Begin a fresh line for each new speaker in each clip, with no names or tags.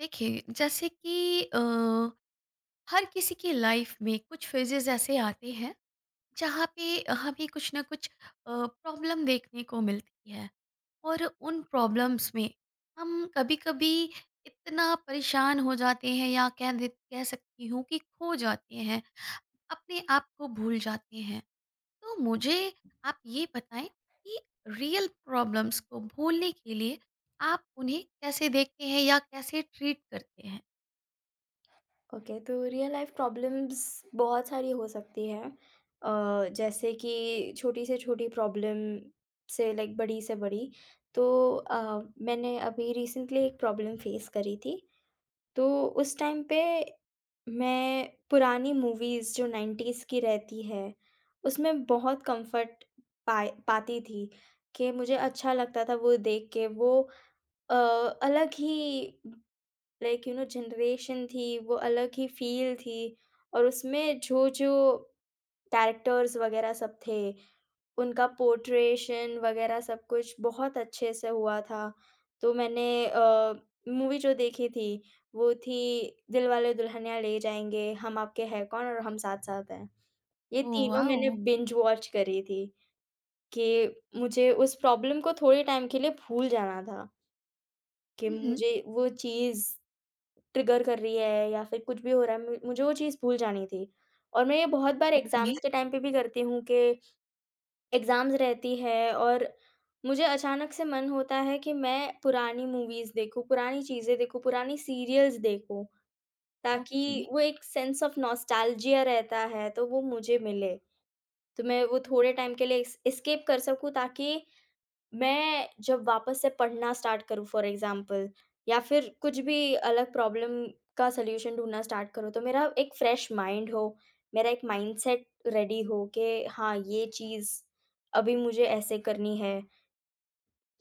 देखिए जैसे कि हर किसी की लाइफ में कुछ फेजेस ऐसे आते हैं जहाँ पे हमें कुछ ना कुछ प्रॉब्लम देखने को मिलती है। और उन प्रॉब्लम्स में हम कभी कभी इतना परेशान हो जाते हैं या कह सकती हूँ कि खो जाते हैं, अपने आप को भूल जाते हैं। तो मुझे आप ये बताएं कि रियल प्रॉब्लम्स को भूलने के लिए आप उन्हें कैसे देखते हैं या कैसे ट्रीट करते हैं।
ओके तो रियल लाइफ प्रॉब्लम्स बहुत सारी हो सकती हैं। जैसे कि छोटी से छोटी प्रॉब्लम से लाइक बड़ी से बड़ी तो मैंने अभी रिसेंटली एक प्रॉब्लम फेस करी थी। तो उस टाइम पे मैं पुरानी मूवीज़ जो 90s की रहती है, उसमें बहुत कंफर्ट पाए पाती थी कि मुझे अच्छा लगता था वो देख के। वो अ, अलग ही लाइक जनरेशन थी, वो अलग ही फ़ील थी। और उसमें जो-जो कैरेक्टर्स वग़ैरह सब थे, उनका पोर्ट्रेशन वग़ैरह सब कुछ बहुत अच्छे से हुआ था। तो मैंने मूवी जो देखी थी, वो थी दिलवाले दुल्हनिया ले जाएँगे, हम आपके हैं कौन और हम साथ-साथ हैं। ये
ओह
तीनों मैंने
वाओ!
बिंज वॉच करी थी कि मुझे उस प्रॉब्लम को थोड़े टाइम के लिए भूल जाना था। कि
हुँ, हुँ।
मुझे वो चीज़ ट्रिगर कर रही है या फिर कुछ भी हो रहा है, मु मुझे वो चीज़ भूल जानी थी। और मैं ये बहुत बार
ओके,
एग्ज़ाम्स के टाइम पे भी करती हूँ कि एग्ज़ाम्स रहती है और मुझे अचानक से मन होता है कि मैं पुरानी मूवीज़ देखूँ, पुरानी चीज़ें देखूँ, पुरानी सीरियल्स देखूँ,
ओके,
ताकि वो एक सेंस ऑफ नॉस्टैल्जिया रहता है, तो वो मुझे मिले। तो मैं वो थोड़े टाइम के लिए एस एस्केप कर सकूँ, ताकि मैं जब वापस से पढ़ना स्टार्ट करूँ फॉर एग्ज़ाम्पल, या फिर कुछ भी अलग प्रॉब्लम का सॉल्यूशन ढूँढना स्टार्ट करूँ, तो मेरा एक फ्रेश माइंड हो, मेरा एक माइंडसेट रेडी हो कि हाँ, ये चीज़ अभी मुझे ऐसे करनी है।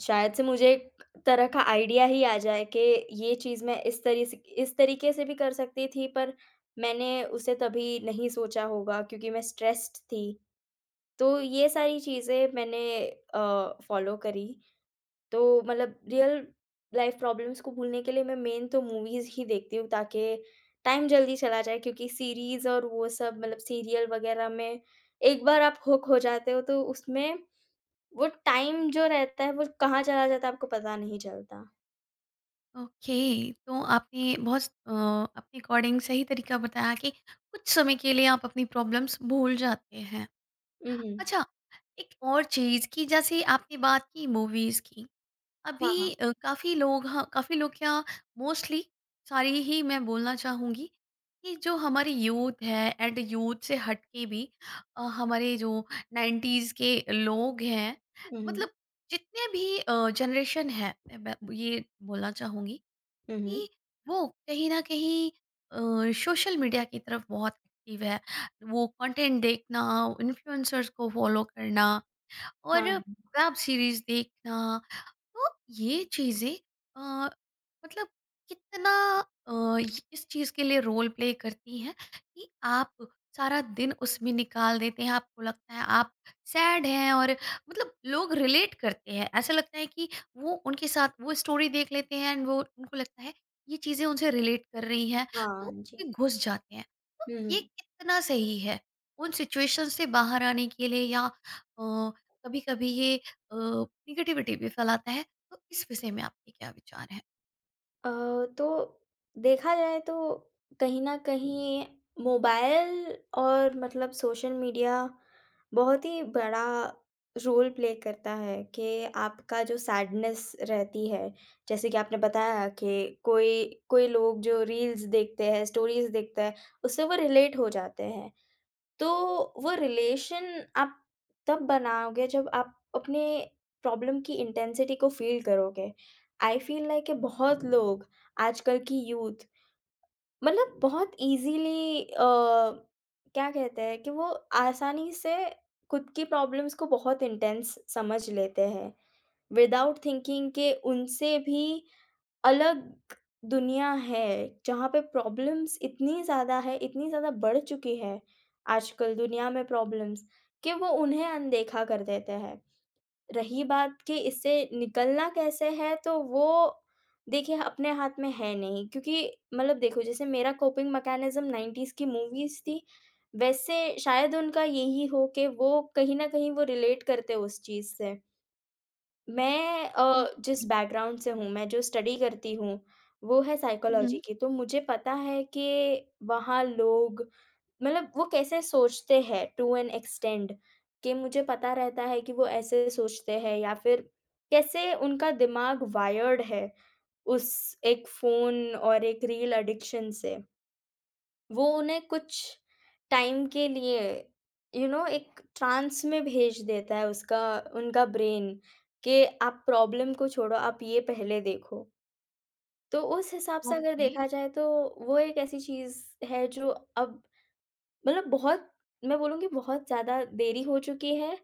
शायद से मुझे एक तरह का आइडिया ही आ जाए कि ये चीज़ मैं इस तरीके से भी कर सकती थी, पर मैंने उसे तभी नहीं सोचा होगा क्योंकि मैं स्ट्रेस्ड थी। तो ये सारी चीज़ें मैंने फ़ॉलो करी। तो मतलब रियल लाइफ प्रॉब्लम्स को भूलने के लिए मैं मेन तो मूवीज़ ही देखती हूँ, ताकि टाइम जल्दी चला जाए, क्योंकि सीरीज़ और वो सब मतलब सीरियल वगैरह में एक बार आप हुक हो जाते हो तो उसमें वो टाइम जो रहता है वो कहाँ चला जाता है आपको पता नहीं चलता।
ओके। तो आपने बहुत अपने अकॉर्डिंग सही तरीका बताया कि कुछ समय के लिए आप अपनी प्रॉब्लम्स भूल जाते हैं।
हुँ, हुँ।
अच्छा, एक और चीज़ कि जैसे आपने बात की मूवीज़ की,
हाँ, हाँ।
अभी काफ़ी लोग, हाँ, काफ़ी लोग क्या, मोस्टली सारी ही, मैं बोलना चाहूँगी कि जो हमारी यूथ है एंड यूथ से हट के भी हमारे जो 90s के लोग हैं,
हुँ, हुँ।
मतलब जितने भी जनरेशन है, मैं ये बोलना चाहूँगी
हुँ, हुँ।
कि वो कहीं ना कहीं सोशल मीडिया की तरफ बहुत एक्टिव है। वो कंटेंट देखना, इन्फ्लुएंसर्स को फॉलो करना
हाँ,
और वेब सीरीज देखना, तो ये चीजें अ, मतलब कितना अ, इस चीज के लिए रोल प्ले करती हैं कि आप सारा दिन उसमें निकाल देते हैं। आपको लगता है आप सैड हैं और मतलब लोग रिलेट करते हैं, ऐसा लगता है कि वो उनके साथ वो स्टोरी देख लेते हैं एंड वो उनको लगता है ये चीजें उनसे रिलेट कर रही हैं, तो
हाँ जी।
उसमें घुस जाते हैं। तो
हुँ,
ये
हुँ।
कितना सही है उन सिचुएशन से बाहर आने के लिए, या कभी कभी ये निगेटिविटी भी फैलाता है? तो इस विषय में आपके क्या विचार हैं?
अ, तो देखा जाए तो कहीं न कहीं मोबाइल और मतलब सोशल मीडिया बहुत ही बड़ा रोल प्ले करता है कि आपका जो सैडनेस रहती है, जैसे कि आपने बताया कि कोई कोई लोग जो रील्स देखते हैं, स्टोरीज़ देखते हैं, उससे वो रिलेट हो जाते हैं। तो वो रिलेशन आप तब बनाओगे जब आप अपने प्रॉब्लम की इंटेंसिटी को फ़ील करोगे। आई फ़ील लाइक कि बहुत लोग, आजकल की यूथ, मतलब बहुत ईज़िली क्या कहते हैं कि वो आसानी से खुद की प्रॉब्लम्स को बहुत इंटेंस समझ लेते हैं। विदाउट थिंकिंग के उनसे भी अलग दुनिया है, जहाँ पे प्रॉब्लम्स इतनी ज़्यादा है, इतनी ज़्यादा बढ़ चुकी है आजकल दुनिया में प्रॉब्लम्स, कि वो उन्हें अनदेखा कर देते हैं। रही बात कि इससे निकलना कैसे है, तो वो देखिए अपने हाथ में है नहीं, क्योंकि मतलब देखो, जैसे मेरा कोपिंग मैकेनिज़्म 90s की मूवीज़ थी, वैसे शायद उनका यही हो कि वो कहीं न कहीं वो रिलेट करते उस चीज़ से। मैं
ओके।
जिस बैकग्राउंड से हूँ, मैं जो स्टडी करती हूँ, वो है हुँ।
हुँ।
साइकोलॉजी की, तो मुझे पता है कि वहाँ लोग मतलब वो कैसे सोचते हैं टू एन एक्सटेंड, कि मुझे पता रहता है कि वो ऐसे सोचते हैं या फिर कैसे उनका दिमाग वायर्ड है उस एक फ़ोन और एक रील एडिक्शन से। वो उन्हें कुछ टाइम के लिए एक ट्रांस में भेज देता है, उसका उनका ब्रेन, कि आप प्रॉब्लम को छोड़ो, आप ये पहले देखो। तो उस हिसाब से हुँ। अगर
ओके,
देखा जाए तो वो एक ऐसी चीज़ है जो अब मतलब बहुत, मैं बोलूँगी बहुत ज़्यादा देरी हो चुकी है।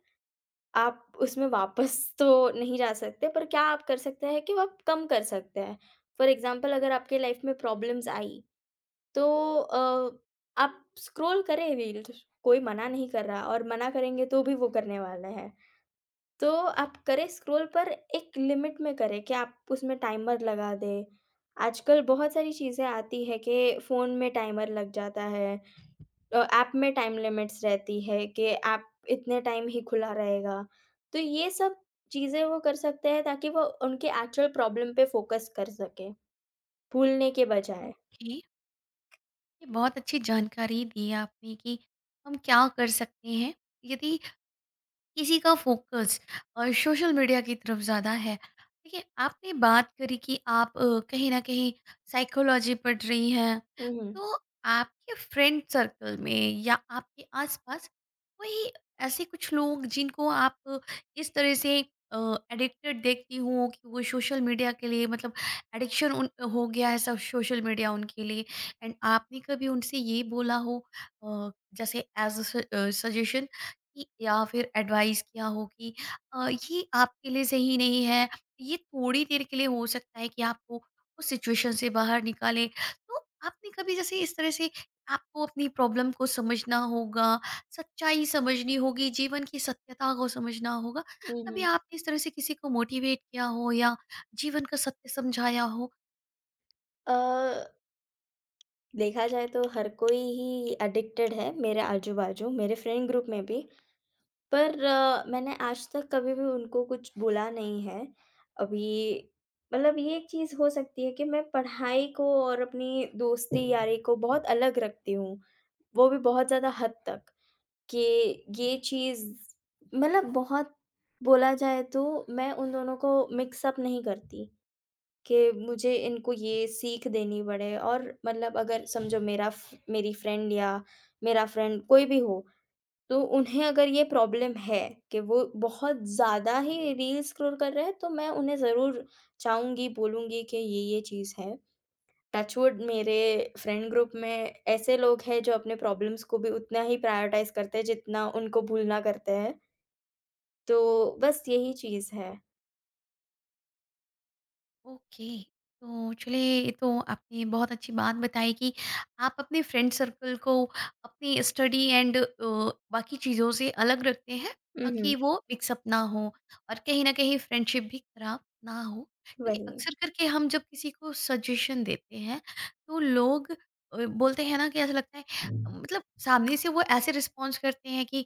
आप उसमें वापस तो नहीं जा सकते, पर क्या आप कर सकते हैं कि वो आप कम कर सकते हैं। फॉर एग्ज़ाम्पल, अगर आपके लाइफ़ में प्रॉब्लम्स आई तो अ, आप स्क्रॉल करें रील्स, कोई मना नहीं कर रहा, और मना करेंगे तो भी वो करने वाले हैं। तो आप करें स्क्रॉल, पर एक लिमिट में करें कि आप उसमें टाइमर लगा दें। आजकल बहुत सारी चीज़ें आती है कि फ़ोन में टाइमर लग जाता है, ऐप में टाइम लिमिट्स रहती है कि ऐप इतने टाइम ही खुला रहेगा। तो ये सब चीज़ें वो कर सकते हैं ताकि वो उनके एक्चुअल प्रॉब्लम पे फ़ोकस कर सकें, भूलने के बजाय।
ओके। ये बहुत अच्छी जानकारी दी आपने कि हम क्या कर सकते हैं यदि किसी का फोकस सोशल मीडिया की तरफ ज़्यादा है। देखिए, आपने बात करी कि आप कहीं न कहीं साइकोलॉजी पढ़ रही हैं।
हुँ, हुँ।
तो आपके फ्रेंड सर्कल में या आपके आस-पास कोई ऐसे कुछ लोग जिनको आप इस तरह से एडिक्टेड देखती हो कि वो सोशल मीडिया के लिए, मतलब एडिक्शन उन हो गया है, सब सोशल मीडिया उनके लिए, एंड आपने कभी उनसे ये बोला हो अ, जैसे एज़ अ स सजेशन कि, या फिर एडवाइस किया हो कि ये आपके लिए सही नहीं है, ये थोड़ी देर के लिए हो सकता है कि आपको उस सिचुएशन से बाहर निकाले। तो आपने कभी जैसे इस तरह से, आपको अपनी प्रॉब्लम को समझना होगा, सच्चाई समझनी होगी, जीवन की सत्यता को समझना होगा,
हुँ,
कभी
हुँ।
आपने इस तरह से किसी को मोटिवेट किया हो या जीवन का सत्य समझाया हो?
अ, देखा जाए तो हर कोई ही एडिक्टेड है, मेरे आजू-बाजू, मेरे फ्रेंड ग्रुप में भी। पर मैंने आज तक कभी भी उनको कुछ बोला नहीं है। अभी मतलब ये एक चीज़ हो सकती है कि मैं पढ़ाई को और अपनी दोस्ती-यारी को बहुत अलग रखती हूँ। वो भी बहुत ज़्यादा हद तक कि ये चीज़ मतलब बहुत, बोला जाए तो मैं उन दोनों को मिक्स अप नहीं करती। कि मुझे इनको ये सीख देनी पड़े, और मतलब अगर समझो मेरा फ मेरी फ्रेंड या मेरा फ्रेंड कोई भी हो, तो उन्हें अगर ये प्रॉब्लम है कि वो बहुत ज़्यादा ही रील स्क्रॉल कर रहे हैं, तो मैं उन्हें ज़रूर चाहूँगी, बोलूँगी कि ये-ये चीज़ है। टच वुड, मेरे फ्रेंड ग्रुप में ऐसे लोग हैं जो अपने प्रॉब्लम्स को भी उतना ही प्रायोरिटाइज़ करते हैं जितना उनको भूलना करते हैं। तो बस यही चीज़ है।
ओके। तो चलिए, ये तो आपने बहुत अच्छी बात बताई कि आप अपने फ्रेंड सर्कल को अपनी स्टडी एंड बाकी चीज़ों से अलग रखते हैं
हुँ,
ताकि
हुँ।
वो मिक्सअप ना हो और कहीं न कहीं फ्रेंडशिप भी खराब ना हो। क्योंकि
वही,
अक्सर करके हम जब किसी को सजेशन देते हैं तो लोग बोलते हैं ना कि ऐसा लगता है, मतलब सामने से वो ऐसे रिस्पॉन्स करते हैं कि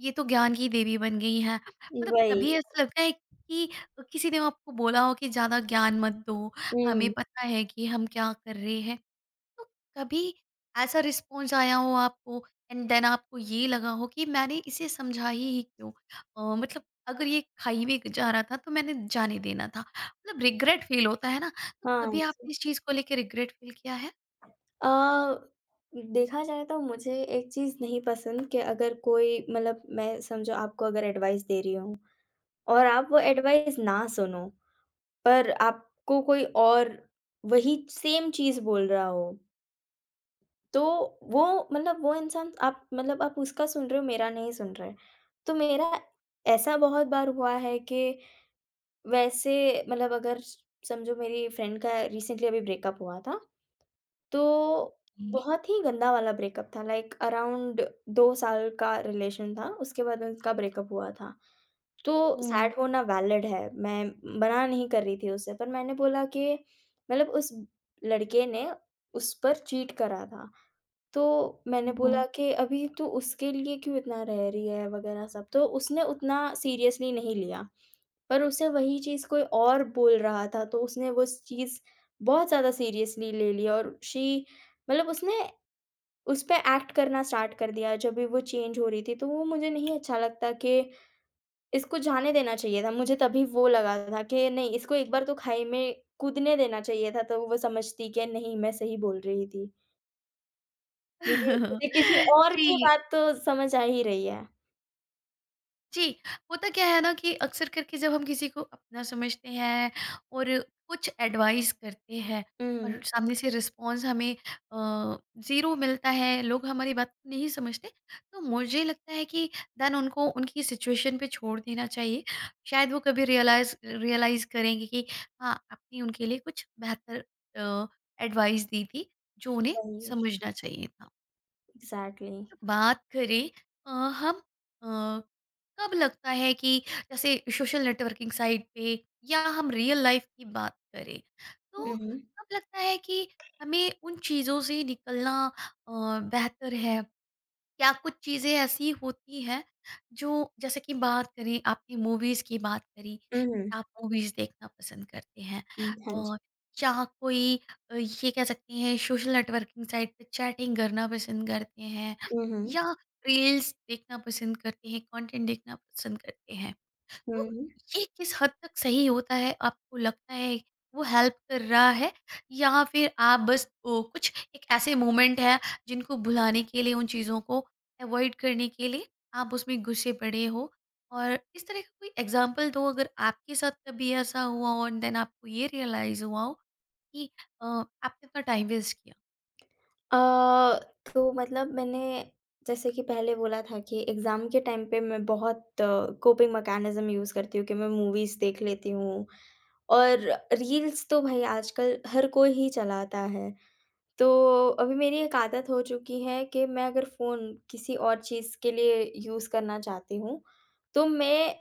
ये तो ज्ञान की देवी बन गई है। मतलब
वही।
कभी ऐसा लगता है कि किसी ने आपको बोला हो कि ज़्यादा ज्ञान मत दो, हमें
हुँ,
पता है कि हम क्या कर रहे हैं। तो कभी ऐसा रिस्पॉन्स आया हो आपको एंड देन आपको ये लगा हो कि मैंने इसे समझा ही क्यों? मतलब अगर ये खाई में जा रहा था तो मैंने जाने देना था। मतलब रिग्रेट फ़ील होता है ना, तो
हाँ
कभी
जी।
आपने इस चीज़ को लेके रिग्रेट फ़ील किया है?
अ, देखा जाए तो मुझे एक चीज़ नहीं पसंद कि अगर कोई मतलब, मैं समझो आपको अगर एडवाइस दे रही हूँ और आप वो एडवाइस ना सुनो, पर आपको कोई और वही सेम चीज़ बोल रहा हो, तो वो वो इंसान, आप उसका सुन रहे हो, मेरा नहीं सुन रहे। तो मेरा ऐसा बहुत बार हुआ है कि वैसे मतलब अगर समझो मेरी फ्रेंड का रिसेंटली अभी ब्रेकअप हुआ था, तो
ओके।
बहुत ही गंदा वाला ब्रेकअप था, लाइक अराउंड 2 साल का रिलेशन था, उसके बाद उनका ब्रेकअप हुआ था। तो
ओह!
सैड होना वैलिड है, मैं मना नहीं कर रही थी उससे, पर मैंने बोला कि मतलब उस लड़के ने उस पर चीट करा था। तो मैंने
ओहो!
बोला कि अभी तू उसके लिए क्यों इतना रह रही है वगैरह सब, तो उसने उतना सीरियसली नहीं लिया। पर उसे वही चीज़ कोई और बोल रहा था, तो उसने वो स चीज़ बहुत ज़्यादा सीरियसली ले ली, और शी मतलब उसने उस पे एक्ट करना स्टार्ट कर दिया जब भी वो चेंज हो रही थी। तो वो मुझे नहीं अच्छा लगता कि इसको जाने देना चाहिए था। मुझे तभी वो लगा था कि नहीं, इसको एक बार तो खाई में कूदने देना चाहिए था, तो वो समझती कि नहीं, मैं सही बोल रही थी। मुझे मुझे किसी और की
जी।
बात तो समझ आ ही रही है।
जी, होता क्या है ना कि अक्सर करके जब हम किसी को अपना समझते हैं और कुछ एडवाइस करते हैं और
हुँ,
सामने से रिस्पॉन्स हमें अ, ज़ीरो मिलता है, लोग हमारी बात को नहीं समझते, तो मुझे लगता है कि देन उनको उनकी सिचुएशन पे छोड़ देना चाहिए। शायद वो कभी रियलाइज़ रियलाइज़ करेंगे कि हाँ, आपने उनके लिए कुछ बेहतर अ, एडवाइस दी थी, जो उन्हें
वही,
समझना चाहिए था।
एग्ज़ैक्टली।
बात करें हम अ, कब लगता है कि जैसे सोशल नेटवर्किंग साइट पे, या हम रियल लाइफ की बात करें,
हुँ,
तो
हुँ,
कब लगता है कि हमें उन चीज़ों से निकलना अ, बेहतर है? क्या कुछ चीज़ें ऐसी होती हैं जो, जैसे कि बात करें, आपने मूवीज़ की बात करी कि
हुँ,
आप मूवीज़ देखना पसंद करते हैं,
हुँ, हाँ जी।
और या कोई ये कह सकते हैं सोशल नेटवर्किंग साइट पे चैटिंग करना पसंद करते हैं,
हुँ, हुँ,
या रील्स देखना पसंद करते हैं, कंटेंट देखना पसंद करते हैं, तो
हुँ।
ये किस हद तक सही होता है? आपको लगता है वो हेल्प कर रहा है, या फिर आप बस ओ, कुछ एक ऐसे मोमेंट है जिनको भुलाने के लिए, उन चीज़ों को अवॉइड करने के लिए आप उसमें घुसे पड़े हो? और इस तरह का कोई एग्ज़ाम्पल दो अगर आपके साथ कभी ऐसा हुआ हो एंड देन आपको ये रियलाइज़ हुआ हो कि आपने इतना टाइम वेस्ट किया?
अ, तो मतलब मैंने, जैसे कि पहले बोला था, कि एग्ज़ाम के टाइम पे मैं बहुत कोपिंग मैकेनिज़्म यूज़ करती हूँ कि मैं मूवीज़ देख लेती हूँ, और रील्स तो भई आजकल हर कोई ही चलाता है। तो अभी मेरी एक आदत हो चुकी है कि मैं अगर फ़ोन किसी और चीज़ के लिए यूज़ करना चाहती हूँ, तो मैं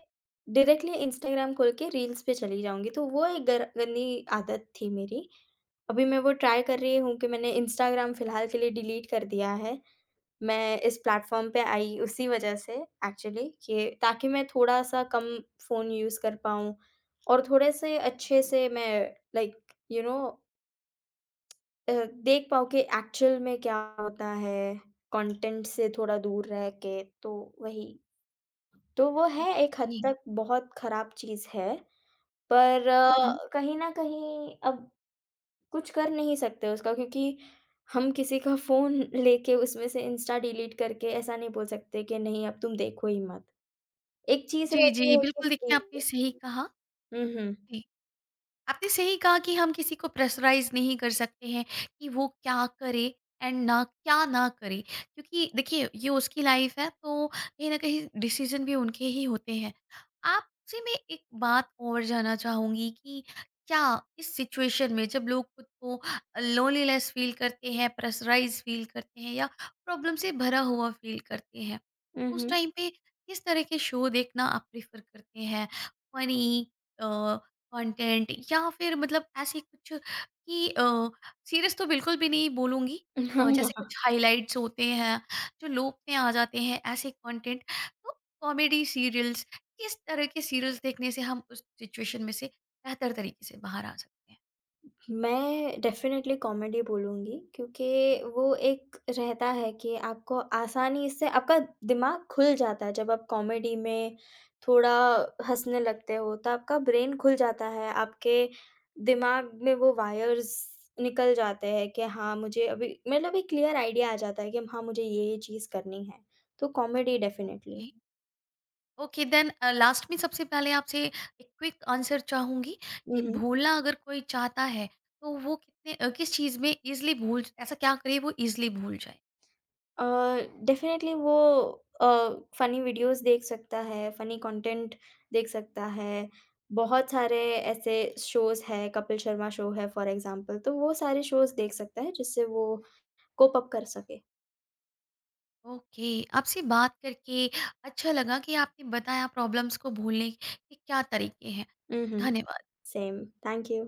डायरेक्टली इंस्टाग्राम खोल के रील्स पे चली जाऊँगी, तो वो एक गर गंदी आदत थी मेरी। अभी मैं वो ट्राई कर रही हूँ, कि मैंने इंस्टाग्राम फ़िलहाल के लिए डिलीट कर दिया है। मैं इस प्लेटफ़ॉर्म पे आई उसी वज़ह से एक्चुअली, कि ताकि मैं थोड़ा-सा कम फ़ोन यूज़ कर पाऊँ और थोड़े से अच्छे से मैं लाइक अ, देख पाऊँ कि एक्चुअल में क्या होता है, कंटेंट से थोड़ा दूर रह के, तो वही। तो वो है एक हद
ओके।
हुँ। तक बहुत खराब चीज़ है, पर
हुँ, हुँ।
हुँ। कहीं न कहीं अब कुछ कर नहीं सकते उसका, क्योंकि हम किसी का फ़ोन लेके उसमें से इंस्टा डिलीट करके ऐसा नहीं बोल सकते कि नहीं, अब तुम देखो ही मत। एक चीज़
जी, जी,
रहती है कि
बिल्कुल,
फ्री
देखिए आपने सही कहा।
हुँ, हुँ।
जी। आपने सही कहा कि हम किसी को प्रेशराइज नहीं कर सकते हैं कि वो क्या करे एंड ना क्या ना करे, क्योंकि देखिए ये उसकी लाइफ है, तो कहीं ना कहीं डिसीजन भी उनके ही होते हैं। आपसे मैं एक बात और जानना चाहूंगी कि क्या इस सिचुएशन में जब लोग खुद को लोनलीनेस फील करते हैं, प्रेशराइज फील करते हैं, या प्रॉब्लम से भरा हुआ फील करते हैं,
हुँ,
उस
हुँ।
टाइम पे किस तरह के शो देखना आप प्रेफर करते हैं? फनी कंटेंट, या फिर मतलब ऐसे कुछ कि सीरियस तो बिल्कुल भी नहीं बोलूँगी, जैसे
हाँ।
कुछ हाइलाइट्स होते हैं जो लोक में आ जाते हैं ऐसे कंटेंट, तो कॉमेडी सीरियल्स, किस तरह के सीरियल्स देखने से हम उस सिचुएशन में से बेहतर तरीके से बाहर आ सकते हैं?
मैं डेफ़िनेटली कॉमेडी बोलूँगी, क्योंकि वो एक रहता है कि आपको आसानी से आपका दिमाग खुल जाता है, जब आप कॉमेडी में थोड़ा हँसने लगते हो तो आपका ब्रेन खुल जाता है, आपके दिमाग में वो वायर्स निकल जाते हैं कि हाँ, मुझे अभी मतलब एक क्लियर आइडिया आ जाता है कि हाँ, मुझे ये चीज़ करनी है। तो comedy definitely.
Okay. Okay, then last में सबसे पहले आपसे एक क्विक आंसर चाहूंगी कि
उहुँ।
भूलना अगर कोई चाहता है तो वो कितने किस चीज़ में इजली भूल, ऐसा क्या करे वो इजली भूल जाए?
अ, डेफ़िनेटली वो अ, फ़नी वीडियोज़ देख सकता है, फ़नी कंटेंट देख सकता है। बहुत सारे ऐसे शोज़ हैं, कपिल शर्मा शो है फ़ॉर एग्ज़ाम्पल, तो वो सारे शोज़ देख सकता है जिससे वो कोप अप कर सके।
ओके। आपसे बात करके अच्छा लगा कि आपने बताया प्रॉब्लम्स को भूलने के क्या तरीके हैं।
हुँ, हुँ।
धन्यवाद।
सेम। Thank you.